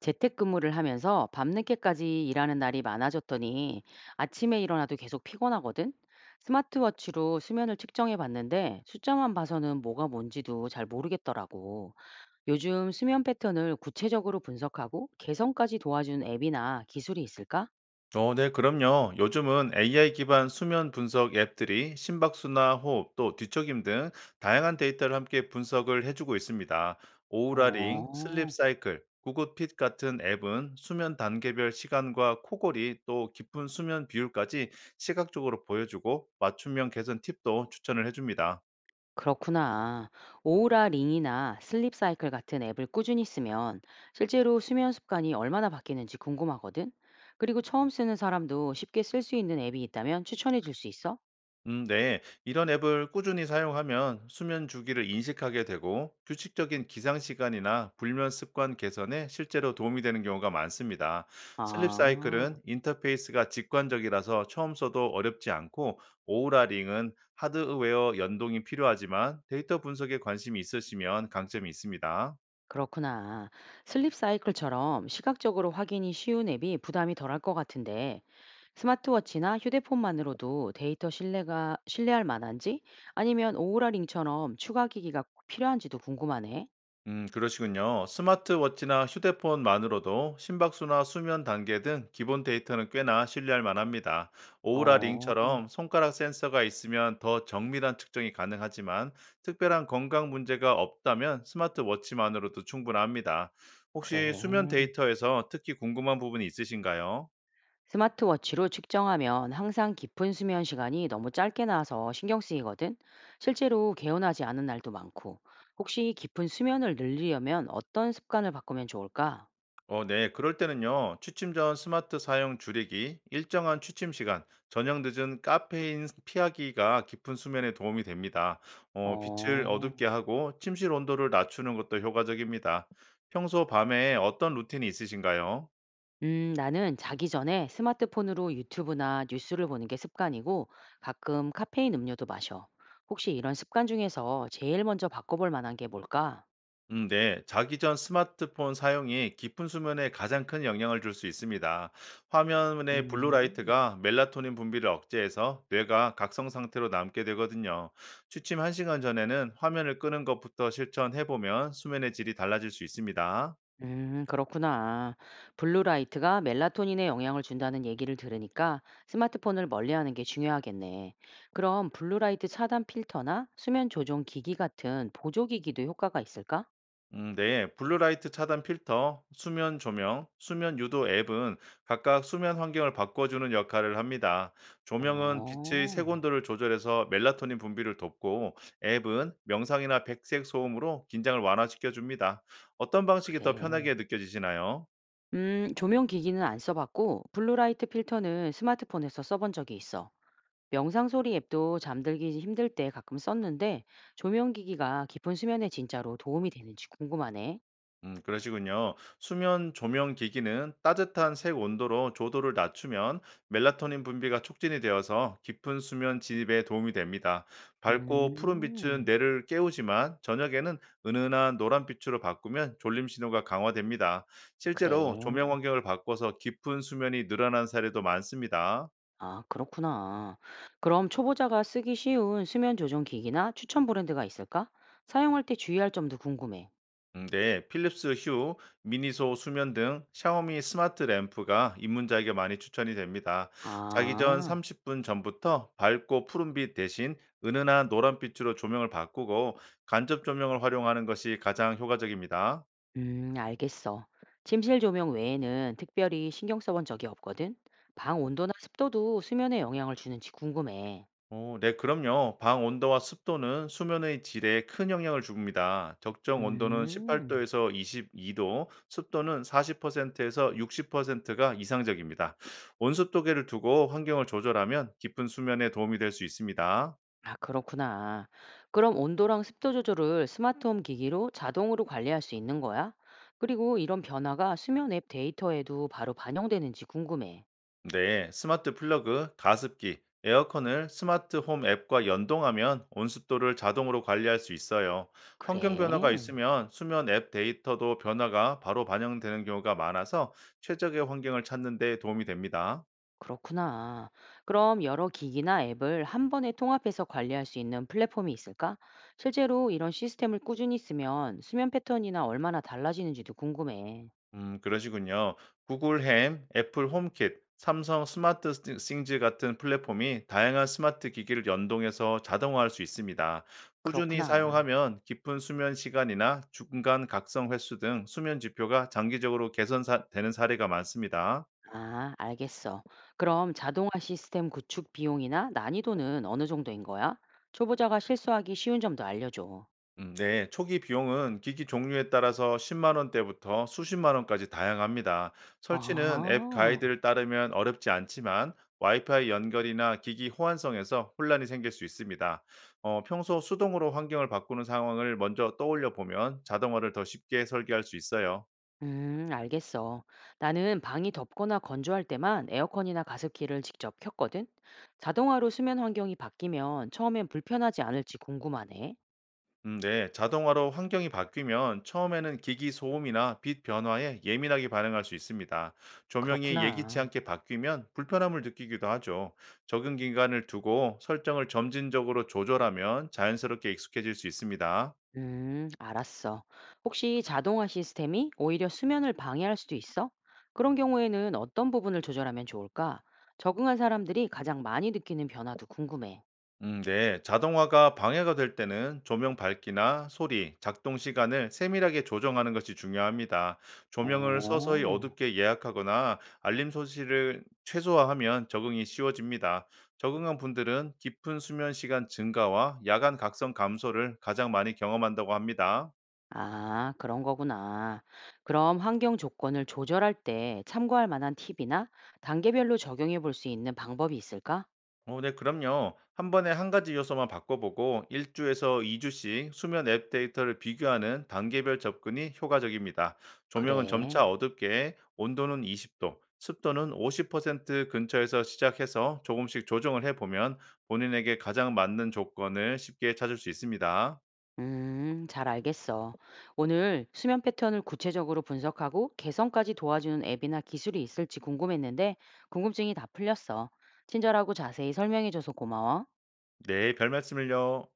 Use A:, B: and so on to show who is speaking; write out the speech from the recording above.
A: 재택근무를 하면서 밤늦게까지 일하는 날이 많아졌더니 아침에 일어나도 계속 피곤하거든? 스마트워치로 수면을 측정해 봤는데 숫자만 봐서는 뭐가 뭔지도 잘 모르겠더라고. 요즘 수면 패턴을 구체적으로 분석하고 개선까지 도와준 앱이나 기술이 있을까?
B: 네, 그럼요. 요즘은 AI 기반 수면 분석 앱들이 심박수나 호흡, 또 뒤척임 등 다양한 데이터를 함께 분석을 해주고 있습니다. 오우라링, 슬립
A: 어.
B: 사이클, 구굿핏 같은 앱은 수면 단계별 시간과 코골이, 또 깊은 수면 비율까지 시각적으로 보여주고 맞춤형 개선 팁도 추천을 해줍니다.
A: 그렇구나. 오우라 링이나 슬립 사이클 같은 앱을 꾸준히 쓰면 실제로 수면 습관이 얼마나 바뀌는지 궁금하거든? 그리고 처음 쓰는 사람도 쉽게 쓸 수 있는 앱이 있다면 추천해 줄 수 있어?
B: 네. 이런 앱을 꾸준히 사용하면 수면 주기를 인식하게 되고 규칙적인 기상 시간이나 불면 습관 개선에 실제로 도움이 되는 경우가 많습니다. 슬립
A: 아,
B: 사이클은 인터페이스가 직관적이라서 처음 써도 어렵지 않고 오우라 링은 하드웨어 연동이 필요하지만 데이터 분석에 관심이 있으시면 강점이 있습니다.
A: 그렇구나. 슬립 사이클처럼 시각적으로 확인이 쉬운 앱이 부담이 덜할 것 같은데 스마트워치나 휴대폰만으로도 신뢰할 만한지 아니면 오우라 링처럼 추가 기기가 필요한지도 궁금하네.
B: 그러시군요. 스마트워치나 휴대폰만으로도 심박수나 수면 단계 등 기본 데이터는 꽤나 신뢰할 만합니다. 오우라
A: 어,
B: 링처럼 손가락 센서가 있으면 더 정밀한 측정이 가능하지만 특별한 건강 문제가 없다면 스마트워치만으로도 충분합니다. 혹시 수면
A: 그래.
B: 데이터에서 특히 궁금한 부분이 있으신가요?
A: 스마트워치로 측정하면 항상 깊은 수면 시간이 너무 짧게 나와서 신경 쓰이거든. 실제로 개운하지 않은 날도 많고. 혹시 깊은 수면을 늘리려면 어떤 습관을 바꾸면 좋을까?
B: 네. 그럴 때는요, 취침 전 스마트 사용 줄이기, 일정한 취침 시간, 저녁 늦은 카페인 피하기가 깊은 수면에 도움이 됩니다. 빛을
A: 어.
B: 어둡게 하고 침실 온도를 낮추는 것도 효과적입니다. 평소 밤에 어떤 루틴이 있으신가요?
A: 나는 자기 전에 스마트폰으로 유튜브나 뉴스를 보는 게 습관이고 가끔 카페인 음료도 마셔. 혹시 이런 습관 중에서 제일 먼저 바꿔볼 만한 게 뭘까?
B: 네. 자기 전 스마트폰 사용이 깊은 수면에 가장 큰 영향을 줄 수 있습니다. 화면의
A: 음.
B: 블루라이트가 멜라토닌 분비를 억제해서 뇌가 각성 상태로 남게 되거든요. 취침 1시간 전에는 화면을 끄는 것부터 실천해보면 수면의 질이 달라질 수 있습니다.
A: 그렇구나. 블루라이트가 멜라토닌에 영향을 준다는 얘기를 들으니까 스마트폰을 멀리하는 게 중요하겠네. 그럼 블루라이트 차단 필터나 수면 조정 기기 같은 보조기기도 효과가 있을까?
B: 네. 블루라이트 차단 필터, 수면 조명, 수면 유도 앱은 각각 수면 환경을 바꿔주는 역할을 합니다. 조명은 빛의
A: 어,
B: 색온도를 조절해서 멜라토닌 분비를 돕고, 앱은 명상이나 백색 소음으로 긴장을 완화시켜줍니다. 어떤 방식이 더
A: 그래.
B: 편하게 느껴지시나요?
A: 조명 기기는 안 써봤고 블루라이트 필터는 스마트폰에서 써본 적이 있어. 명상 소리 앱도 잠들기 힘들 때 가끔 썼는데 조명 기기가 깊은 수면에 진짜로 도움이 되는지 궁금하네.
B: 그러시군요. 수면 조명 기기는 따뜻한 색 온도로 조도를 낮추면 멜라토닌 분비가 촉진이 되어서 깊은 수면 진입에 도움이 됩니다. 밝고 푸른 빛은
A: 음,
B: 뇌를 깨우지만 저녁에는 은은한 노란 빛으로 바꾸면 졸림 신호가 강화됩니다. 실제로 조명
A: 그래.
B: 환경을 바꿔서 깊은 수면이 늘어난 사례도 많습니다.
A: 아, 그렇구나. 그럼 초보자가 쓰기 쉬운 수면 조정 기기나 추천 브랜드가 있을까? 사용할 때 주의할 점도 궁금해.
B: 네, 필립스 휴, 미니소 수면 등 샤오미 스마트 램프가 입문자에게 많이 추천이 됩니다. 자기 전
A: 아,
B: 30분 전부터 밝고 푸른빛 대신 은은한 노란빛으로 조명을 바꾸고 간접 조명을 활용하는 것이 가장 효과적입니다.
A: 알겠어. 침실 조명 외에는 특별히 신경 써본 적이 없거든. 방 온도나 습도도 수면에 영향을 주는지 궁금해.
B: 네, 그럼요. 방 온도와 습도는 수면의 질에 큰 영향을 줍니다. 적정 온도는
A: 음,
B: 18도에서 22도, 습도는 40%에서 60%가 이상적입니다. 온습도계를 두고 환경을 조절하면 깊은 수면에 도움이 될 수 있습니다.
A: 아, 그렇구나. 그럼 온도랑 습도 조절을 스마트홈 기기로 자동으로 관리할 수 있는 거야? 그리고 이런 변화가 수면 앱 데이터에도 바로 반영되는지 궁금해.
B: 네, 스마트 플러그, 가습기, 에어컨을 스마트 홈 앱과 연동하면 온습도를 자동으로 관리할 수 있어요. 환경 변화가
A: 그래,
B: 있으면 수면 앱 데이터도 변화가 바로 반영되는 경우가 많아서 최적의 환경을 찾는 데 도움이 됩니다.
A: 그렇구나. 그럼 여러 기기나 앱을 한 번에 통합해서 관리할 수 있는 플랫폼이 있을까? 실제로 이런 시스템을 꾸준히 쓰면 수면 패턴이나 얼마나 달라지는지도 궁금해.
B: 그러시군요. 구글 햄, 애플 홈킷, 삼성 스마트 싱즈 같은 플랫폼이 다양한 스마트 기기를 연동해서 자동화할 수 있습니다. 꾸준히
A: 그렇구나.
B: 사용하면 깊은 수면 시간이나 중간 각성 횟수 등 수면 지표가 장기적으로 개선되는 사례가 많습니다.
A: 아, 알겠어. 그럼 자동화 시스템 구축 비용이나 난이도는 어느 정도인 거야? 초보자가 실수하기 쉬운 점도 알려줘.
B: 네, 초기 비용은 기기 종류에 따라서 10만 원대부터 수십만 원까지 다양합니다. 설치는 앱
A: 아.
B: 가이드를 따르면 어렵지 않지만 와이파이 연결이나 기기 호환성에서 혼란이 생길 수 있습니다. 평소 수동으로 환경을 바꾸는 상황을 먼저 떠올려 보면 자동화를 더 쉽게 설계할 수 있어요.
A: 알겠어. 나는 방이 덥거나 건조할 때만 에어컨이나 가습기를 직접 켰거든. 자동화로 수면 환경이 바뀌면 처음엔 불편하지 않을지 궁금하네.
B: 네. 자동화로 환경이 바뀌면 처음에는 기기 소음이나 빛 변화에 예민하게 반응할 수 있습니다. 조명이 예기치
A: 그렇구나.
B: 않게 바뀌면 불편함을 느끼기도 하죠. 적응 기간을 두고 설정을 점진적으로 조절하면 자연스럽게 익숙해질 수 있습니다.
A: 알았어. 혹시 자동화 시스템이 오히려 수면을 방해할 수도 있어? 그런 경우에는 어떤 부분을 조절하면 좋을까? 적응한 사람들이 가장 많이 느끼는 변화도 궁금해.
B: 네. 자동화가 방해가 될 때는 조명 밝기나 소리, 작동 시간을 세밀하게 조정하는 것이 중요합니다. 조명을 서서히
A: 어.
B: 어둡게 예약하거나 알림 소시를 최소화하면 적응이 쉬워집니다. 적응한 분들은 깊은 수면 시간 증가와 야간 각성 감소를 가장 많이 경험한다고 합니다.
A: 아, 그런 거구나. 그럼 환경 조건을 조절할 때 참고할 만한 팁이나 단계별로 적용해 볼 수 있는 방법이 있을까?
B: 네, 그럼요. 한 번에 한 가지 요소만 바꿔보고 1주에서 2주씩 수면 앱 데이터를 비교하는 단계별 접근이 효과적입니다. 조명은
A: 그래.
B: 점차 어둡게, 온도는 20도, 습도는 50% 근처에서 시작해서 조금씩 조정을 해보면 본인에게 가장 맞는 조건을 쉽게 찾을 수 있습니다.
A: 잘 알겠어. 오늘 수면 패턴을 구체적으로 분석하고 개선까지 도와주는 앱이나 기술이 있을지 궁금했는데 궁금증이 다 풀렸어. 친절하고 자세히 설명해줘서 고마워.
B: 네, 별 말씀을요.